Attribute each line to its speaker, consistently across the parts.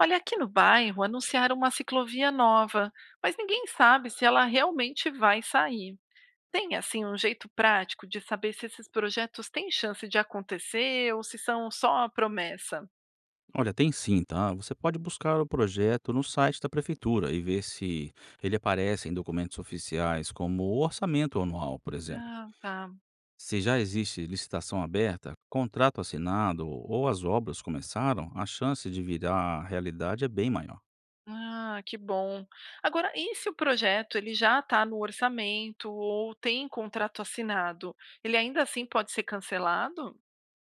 Speaker 1: Olha, aqui no bairro anunciaram uma ciclovia nova, mas ninguém sabe se ela realmente vai sair. Tem, assim, um jeito prático de saber se esses projetos têm chance de acontecer ou se são só a promessa?
Speaker 2: Olha, tem sim, tá? Você pode buscar o projeto no site da prefeitura e ver se ele aparece em documentos oficiais, como o orçamento anual, por exemplo.
Speaker 1: Ah, tá.
Speaker 2: Se já existe licitação aberta, contrato assinado ou as obras começaram, a chance de virar realidade é bem maior.
Speaker 1: Ah, que bom. Agora, e se o projeto ele já está no orçamento ou tem contrato assinado? Ele ainda assim pode ser cancelado?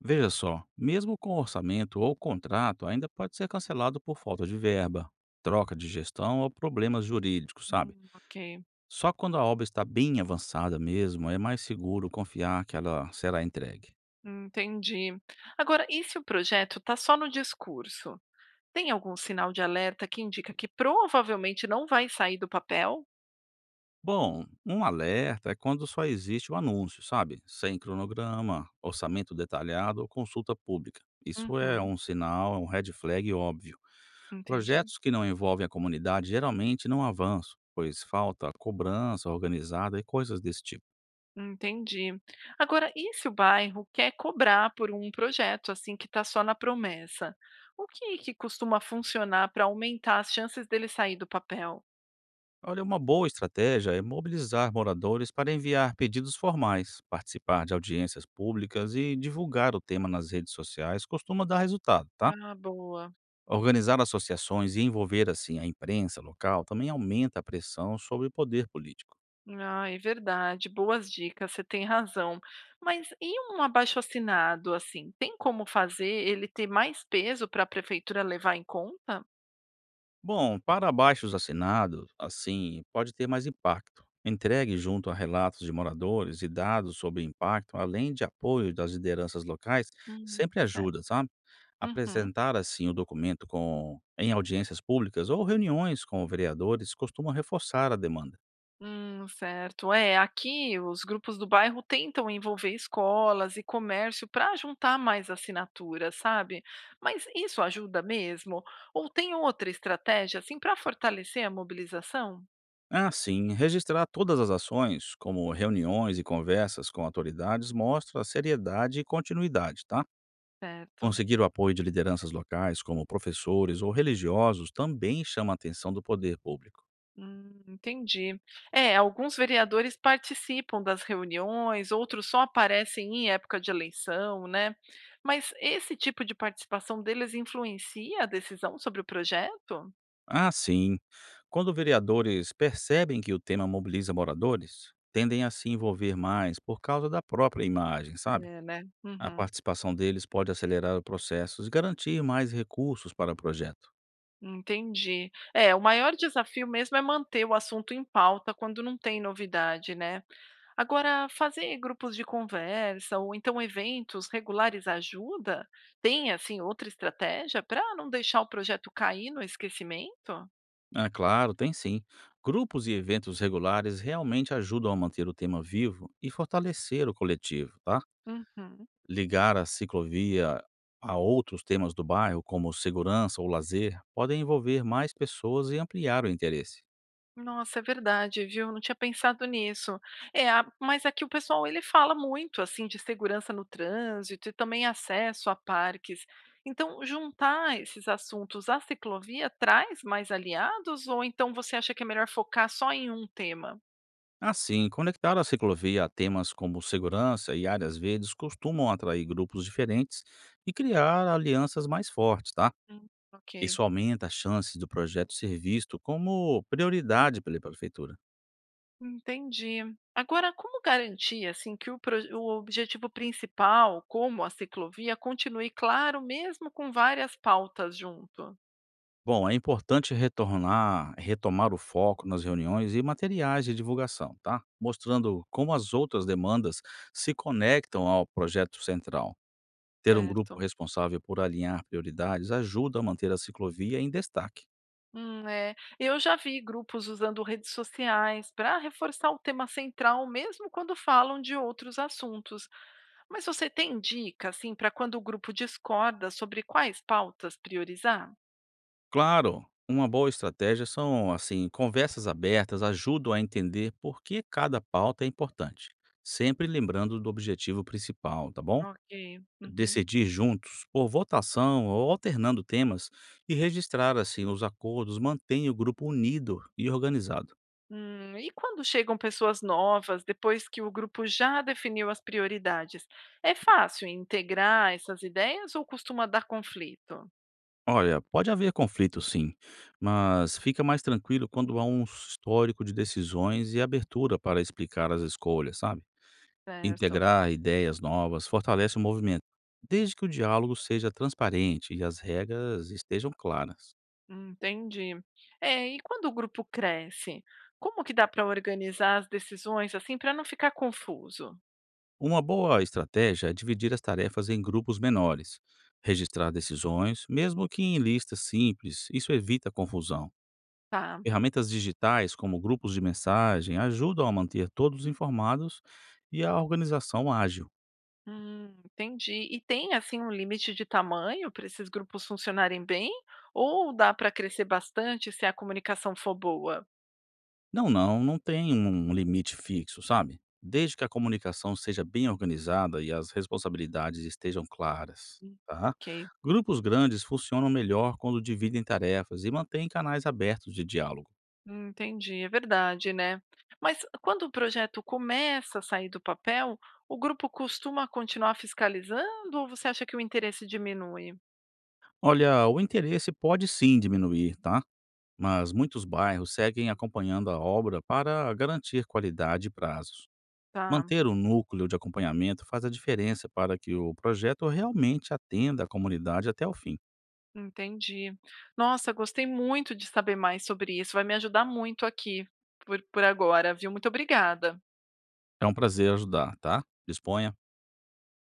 Speaker 2: Veja só, mesmo com orçamento ou contrato, ainda pode ser cancelado por falta de verba, troca de gestão ou problemas jurídicos, sabe?
Speaker 1: Ok,
Speaker 2: Só quando a obra está bem avançada mesmo é mais seguro confiar que ela será entregue.
Speaker 1: entendi. Agora, e se o projeto está só no discurso? Tem algum sinal de alerta que indica que provavelmente não vai sair do papel?
Speaker 2: Bom, um alerta é quando só existe o anúncio, sabe? Sem cronograma, orçamento detalhado ou consulta pública. Isso é
Speaker 1: Uhum,
Speaker 2: um sinal, é um red flag óbvio.
Speaker 1: entendi.
Speaker 2: Projetos que não envolvem a comunidade geralmente não avançam, pois falta cobrança organizada e coisas desse tipo.
Speaker 1: Entendi. Agora, e se o bairro quer cobrar por um projeto assim que está só na promessa? O que que costuma funcionar para aumentar as chances dele sair do papel?
Speaker 2: Olha, uma boa estratégia é mobilizar moradores para enviar pedidos formais, participar de audiências públicas e divulgar o tema nas redes sociais costuma dar resultado, tá?
Speaker 1: Ah, boa.
Speaker 2: Organizar associações e envolver assim a imprensa local também aumenta a pressão sobre o poder político.
Speaker 1: Ah, é verdade. Boas dicas, você tem razão. Mas e um abaixo-assinado assim? Tem como fazer ele ter mais peso para a prefeitura levar em conta?
Speaker 2: Bom, para abaixos assinados, assim, pode ter mais impacto. Entregue junto a relatos de moradores e dados sobre o impacto, além de apoio das lideranças locais, sempre
Speaker 1: Certo.
Speaker 2: ajuda, sabe?
Speaker 1: Uhum.
Speaker 2: Apresentar assim o documento com em audiências públicas ou reuniões com vereadores costuma reforçar a demanda.
Speaker 1: Certo. É, aqui os grupos do bairro tentam envolver escolas e comércio para juntar mais assinaturas, sabe? Mas isso ajuda mesmo? Ou tem outra estratégia assim para fortalecer a mobilização?
Speaker 2: Assim, registrar todas as ações, como reuniões e conversas com autoridades, mostra seriedade e continuidade, tá?
Speaker 1: Certo.
Speaker 2: Conseguir o apoio de lideranças locais, como professores ou religiosos, também chama a atenção do poder público.
Speaker 1: Entendi. É, alguns vereadores participam das reuniões, outros só aparecem em época de eleição, né? Mas esse tipo de participação deles influencia a decisão sobre o projeto?
Speaker 2: Ah, sim. Quando vereadores percebem que o tema mobiliza moradores, tendem a se envolver mais por causa da própria imagem, sabe?
Speaker 1: É, né?
Speaker 2: A
Speaker 1: Uhum.
Speaker 2: participação deles pode acelerar o processo e garantir mais recursos para o projeto.
Speaker 1: Entendi. É, o maior desafio mesmo é manter o assunto em pauta quando não tem novidade, né? Agora, fazer grupos de conversa ou então eventos regulares ajuda? Tem, assim, outra estratégia para não deixar o projeto cair no esquecimento?
Speaker 2: Ah, claro, tem sim. Grupos e eventos regulares realmente ajudam a manter o tema vivo e fortalecer o coletivo, tá?
Speaker 1: Uhum.
Speaker 2: Ligar a ciclovia a outros temas do bairro, como segurança ou lazer, podem envolver mais pessoas e ampliar o interesse.
Speaker 1: Nossa, é verdade, viu? Não tinha pensado nisso. É, mas aqui o pessoal ele fala muito assim de segurança no trânsito e também acesso a parques. Então, juntar esses assuntos à ciclovia traz mais aliados ou então você acha que é melhor focar só em um tema?
Speaker 2: Assim, conectar a ciclovia a temas como segurança e áreas verdes costumam atrair grupos diferentes e criar alianças mais fortes, tá?
Speaker 1: Hum, ok,
Speaker 2: Isso aumenta a chance do projeto ser visto como prioridade pela prefeitura.
Speaker 1: entendi. Agora, como garantir assim que o objetivo principal, como a ciclovia, continue claro mesmo com várias pautas junto?
Speaker 2: Bom, é importante retomar o foco nas reuniões e materiais de divulgação, tá? Mostrando como as outras demandas se conectam ao projeto central. Ter um grupo
Speaker 1: Certo.
Speaker 2: responsável por alinhar prioridades ajuda a manter a ciclovia em destaque.
Speaker 1: É. Eu já vi grupos usando redes sociais para reforçar o tema central, mesmo quando falam de outros assuntos. Mas você tem dica, assim, para quando o grupo discorda sobre quais pautas priorizar?
Speaker 2: Claro, uma boa estratégia são, assim, conversas abertas ajudam a entender por que cada pauta é importante, sempre lembrando do objetivo principal, tá bom?
Speaker 1: Ok. Uhum.
Speaker 2: Decidir juntos, por votação ou alternando temas, e registrar assim os acordos mantém o grupo unido e organizado.
Speaker 1: E quando chegam pessoas novas, depois que o grupo já definiu as prioridades, é fácil integrar essas ideias ou costuma dar conflito?
Speaker 2: Olha, pode haver conflito sim, mas fica mais tranquilo quando há um histórico de decisões e abertura para explicar as escolhas, sabe?
Speaker 1: Certo.
Speaker 2: Integrar ideias novas fortalece o movimento, desde que o diálogo seja transparente e as regras estejam claras.
Speaker 1: Entendi. É, e quando o grupo cresce, como que dá para organizar as decisões assim para não ficar confuso?
Speaker 2: Uma boa estratégia é dividir as tarefas em grupos menores, registrar decisões, mesmo que em listas simples, isso evita confusão.
Speaker 1: Tá.
Speaker 2: Ferramentas digitais, como grupos de mensagem, ajudam a manter todos informados e a organização ágil.
Speaker 1: Entendi. E tem assim um limite de tamanho para esses grupos funcionarem bem? Ou dá para crescer bastante se a comunicação for boa?
Speaker 2: Não, não, não tem um limite fixo, sabe? Desde que a comunicação seja bem organizada e as responsabilidades estejam claras,
Speaker 1: Hum,
Speaker 2: tá?
Speaker 1: ok.
Speaker 2: Grupos grandes funcionam melhor quando dividem tarefas e mantêm canais abertos de diálogo.
Speaker 1: Entendi, é verdade, né? Mas quando o projeto começa a sair do papel, o grupo costuma continuar fiscalizando ou você acha que o interesse diminui?
Speaker 2: Olha, o interesse pode sim diminuir, tá? Mas muitos bairros seguem acompanhando a obra para garantir qualidade e prazos.
Speaker 1: Tá.
Speaker 2: Manter o núcleo de acompanhamento faz a diferença para que o projeto realmente atenda a comunidade até o fim.
Speaker 1: Entendi. Nossa, gostei muito de saber mais sobre isso, vai me ajudar muito aqui por agora, viu. Muito obrigada.
Speaker 2: É um prazer ajudar, tá? Disponha.